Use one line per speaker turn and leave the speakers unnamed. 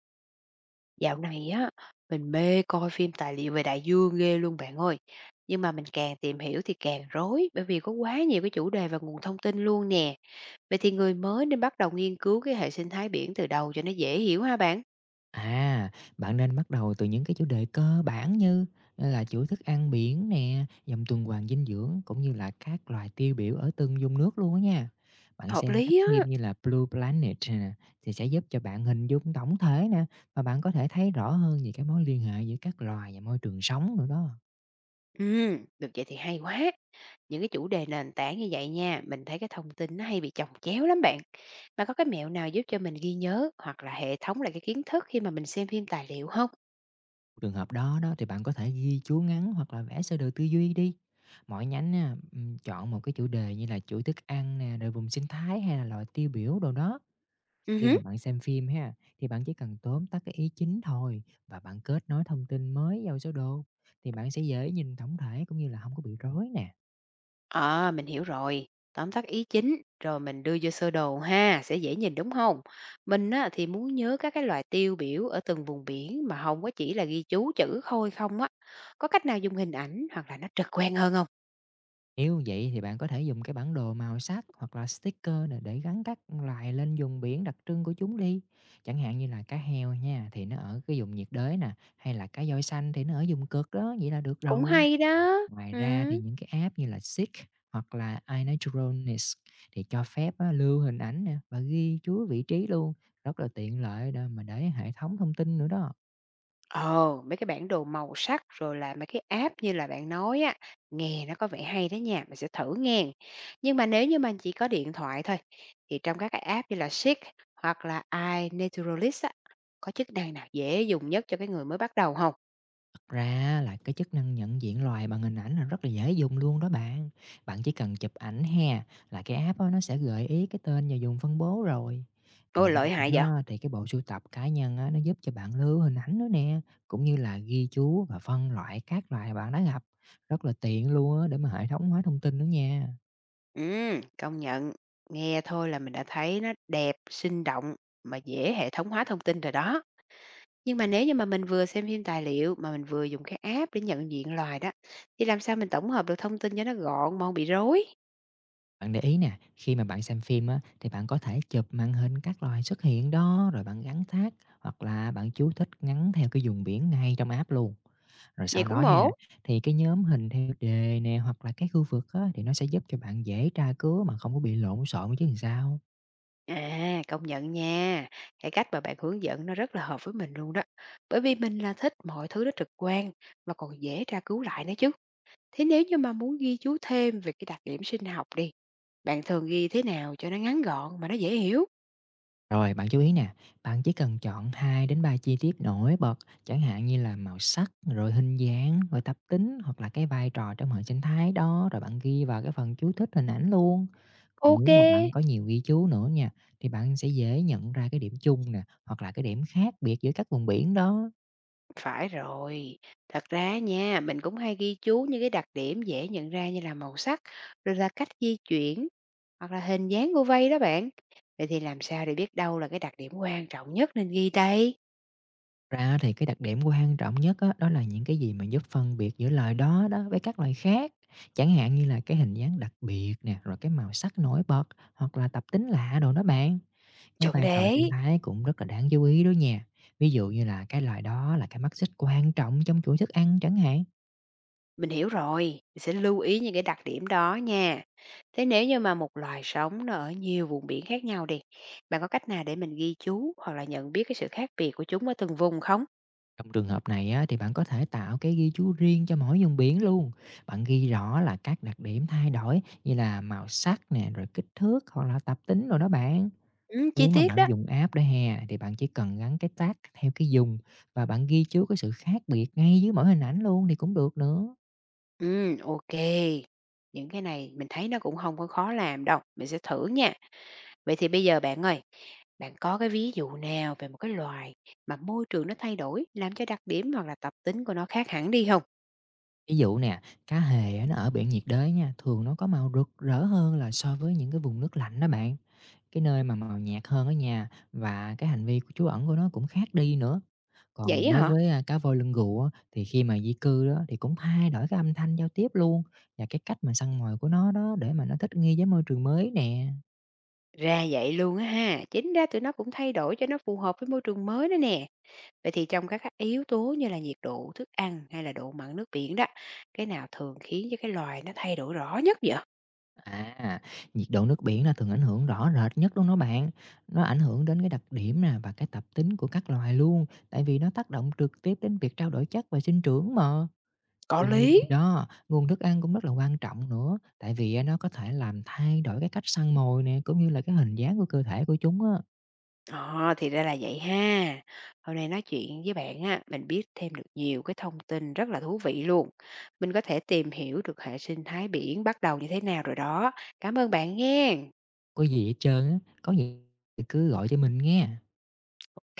Dạo này á, mình mê coi phim tài liệu về đại dương ghê luôn bạn ơi. Nhưng mà mình càng tìm hiểu thì càng rối bởi vì có quá nhiều cái chủ đề và nguồn thông tin luôn nè. Vậy thì người mới nên bắt đầu nghiên cứu cái hệ sinh thái biển từ đầu cho nó dễ hiểu ha bạn.
À, bạn nên bắt đầu từ những cái chủ đề cơ bản như là chuỗi thức ăn biển nè, dòng tuần hoàn dinh dưỡng cũng như là các loài tiêu biểu ở từng vùng nước luôn á nha. Bạn
Hợp
xem các
lý á.
phim như là Blue Planet nè, thì sẽ giúp cho bạn hình dung tổng thể nè, và bạn có thể thấy rõ hơn về cái mối liên hệ giữa các loài và môi trường sống nữa đó.
Ừ, được vậy thì hay quá. Những cái chủ đề nền tảng như vậy nha, mình thấy cái thông tin nó hay bị chồng chéo lắm bạn. Mà có cái mẹo nào giúp cho mình ghi nhớ hoặc là hệ thống lại cái kiến thức khi mà mình xem phim tài liệu không?
Trường hợp đó đó thì bạn có thể ghi chú ngắn hoặc là vẽ sơ đồ tư duy đi. Mỗi nhánh á, ừ, chọn một cái chủ đề như là chuỗi thức ăn nè, rồi vùng sinh thái hay là loài tiêu biểu đồ đó. Khi
Ừ.
mà bạn xem phim ha, thì bạn chỉ cần tóm tắt cái ý chính thôi, và bạn kết nối thông tin mới vào sơ đồ, thì bạn sẽ dễ nhìn tổng thể, cũng như là không có bị rối nè.
À, mình hiểu rồi. Tóm tắt ý chính, rồi mình đưa vô sơ đồ ha, sẽ dễ nhìn đúng không? Mình á, thì muốn nhớ các cái loài tiêu biểu ở từng vùng biển mà không có chỉ là ghi chú chữ khôi không á. Có cách nào dùng hình ảnh hoặc là nó trực quan hơn không?
Nếu vậy thì bạn có thể dùng cái bản đồ màu sắc hoặc là sticker nè, để gắn các loài lên vùng biển đặc trưng của chúng đi. Chẳng hạn như là cá heo nha, thì nó ở cái vùng nhiệt đới nè, hay là cá voi xanh thì nó ở vùng cực đó, vậy là được
Cũng
rồi.
hay đó.
Ngoài
Ừ.
ra thì những cái app như là Seek hoặc là iNaturalness thì cho phép á, lưu hình ảnh nè và ghi chú vị trí luôn, rất là tiện lợi đó, mà để hệ thống thông tin nữa đó.
Ồ, mấy cái bản đồ màu sắc rồi là mấy cái app như là bạn nói á, nghe nó có vẻ hay đó nha, mình sẽ thử nghe. Nhưng mà nếu như mình chỉ có điện thoại thôi, thì trong các cái app như là Seek hoặc là iNaturalist á, có chức năng nào dễ dùng nhất cho cái người mới bắt đầu không?
Thật ra là cái chức năng nhận diện loài bằng hình ảnh là rất là dễ dùng luôn đó bạn. Bạn chỉ cần chụp ảnh ha, là cái app á, nó sẽ gợi ý cái tên và dùng phân bố rồi. Ngoài
Ôi,
ra
lợi hại vậy?
nó thì cái bộ sưu tập cá nhân á, nó giúp cho bạn lưu hình ảnh nữa nè, cũng như là ghi chú và phân loại các loài bạn đã gặp. Rất là tiện luôn á, để mà hệ thống hóa thông tin nữa nha.
Ừ, công nhận. Nghe thôi là mình đã thấy nó đẹp, sinh động mà dễ hệ thống hóa thông tin rồi đó. Nhưng mà nếu như mà mình vừa xem phim tài liệu mà mình vừa dùng cái app để nhận diện loài đó, thì làm sao mình tổng hợp được thông tin cho nó gọn mà không bị rối?
Bạn để ý nè, khi mà bạn xem phim á, thì bạn có thể chụp màn hình các loài xuất hiện đó, rồi bạn gắn tag, hoặc là bạn chú thích ngắn theo cái vùng biển ngay trong app luôn. Rồi
Vậy
sau đó
cũng ổn.
ha, thì cái nhóm hình theo đề nè hoặc là cái khu vực á, thì nó sẽ giúp cho bạn dễ tra cứu mà không có bị lộn xộn chứ làm sao.
À, công nhận nha, cái cách mà bạn hướng dẫn nó rất là hợp với mình luôn đó. Bởi vì mình là thích mọi thứ nó trực quan mà còn dễ tra cứu lại nữa chứ. Thế nếu như mà muốn ghi chú thêm về cái đặc điểm sinh học đi, bạn thường ghi thế nào cho nó ngắn gọn mà nó dễ hiểu?
Rồi bạn chú ý nè, bạn chỉ cần chọn 2 đến 3 chi tiết nổi bật, chẳng hạn như là màu sắc, rồi hình dáng, rồi tập tính, hoặc là cái vai trò trong hệ sinh thái đó, rồi bạn ghi vào cái phần chú thích hình ảnh luôn. Còn
Ok.
nếu mà bạn có nhiều ghi chú nữa nha, thì bạn sẽ dễ nhận ra cái điểm chung nè, hoặc là cái điểm khác biệt giữa các vùng biển đó.
Phải rồi, thật ra nha, mình cũng hay ghi chú những cái đặc điểm dễ nhận ra như là màu sắc, rồi là cách di chuyển, hoặc là hình dáng của vây đó bạn. Vậy thì làm sao để biết đâu là cái đặc điểm quan trọng nhất nên ghi đây?
Ra thì cái đặc điểm quan trọng nhất á, đó là những cái gì mà giúp phân biệt giữa loài đó đó với các loài khác. Chẳng hạn như là cái hình dáng đặc biệt nè, rồi cái màu sắc nổi bật, hoặc là tập tính lạ đồ đó bạn. Cái
Chuẩn
vai trò sinh
đấy,
thái cũng rất là đáng chú ý đó nha. Ví dụ như là cái loài đó là cái mắt xích quan trọng trong chuỗi thức ăn chẳng hạn.
mình hiểu rồi, mình sẽ lưu ý những cái đặc điểm đó nha. Thế nếu như mà một loài sống nó ở nhiều vùng biển khác nhau đi, bạn có cách nào để mình ghi chú hoặc là nhận biết cái sự khác biệt của chúng ở từng vùng không?
Trong trường hợp này á, thì bạn có thể tạo cái ghi chú riêng cho mỗi vùng biển luôn. Bạn ghi rõ là các đặc điểm thay đổi như là màu sắc nè, rồi kích thước hoặc là tập tính rồi đó bạn.
Ừ, chi
Nếu mà
tiết
bạn
đó.
dùng app đó ha, thì bạn chỉ cần gắn cái tag theo cái dùng, và bạn ghi chú cái sự khác biệt ngay dưới mỗi hình ảnh luôn thì cũng được nữa.
Ok. Những cái này mình thấy nó cũng không có khó làm đâu, mình sẽ thử nha. Vậy thì bây giờ bạn ơi, bạn có cái ví dụ nào về một cái loài mà môi trường nó thay đổi, làm cho đặc điểm hoặc là tập tính của nó khác hẳn đi không?
Ví dụ nè, cá hề á, nó ở biển nhiệt đới nha, thường nó có màu rực rỡ hơn là so với những cái vùng nước lạnh đó bạn. Cái nơi mà màu nhạt hơn ở nhà, và cái hành vi của trú ẩn của nó cũng khác đi nữa.
Vậy
Còn
á
đối
hả?
với à, cá voi lưng gù á, thì khi mà di cư đó thì cũng thay đổi cái âm thanh giao tiếp luôn, và cái cách mà săn mồi của nó đó, để mà nó thích nghi với môi trường mới nè.
Ra vậy luôn á ha, chính ra tụi nó cũng thay đổi cho nó phù hợp với môi trường mới đó nè. Vậy thì trong các cái yếu tố như là nhiệt độ, thức ăn hay là độ mặn nước biển đó, cái nào thường khiến cho cái loài nó thay đổi rõ nhất vậy?
À, nhiệt độ nước biển là thường ảnh hưởng rõ rệt nhất luôn đó bạn. Nó ảnh hưởng đến cái đặc điểm nè và cái tập tính của các loài luôn, tại vì nó tác động trực tiếp đến việc trao đổi chất và sinh trưởng mà.
Có
Tuy
lý.
nhiên đó, nguồn thức ăn cũng rất là quan trọng nữa, tại vì á, nó có thể làm thay đổi cái cách săn mồi nè, cũng như là cái hình dáng của cơ thể của chúng á.
Ờ, thì ra là vậy ha. Hôm nay nói chuyện với bạn á, mình biết thêm được nhiều cái thông tin rất là thú vị luôn. Mình có thể tìm hiểu được hệ sinh thái biển bắt đầu như thế nào rồi đó. Cảm ơn bạn nghe.
Có gì hết trơn á, có gì thì cứ gọi cho mình nghe.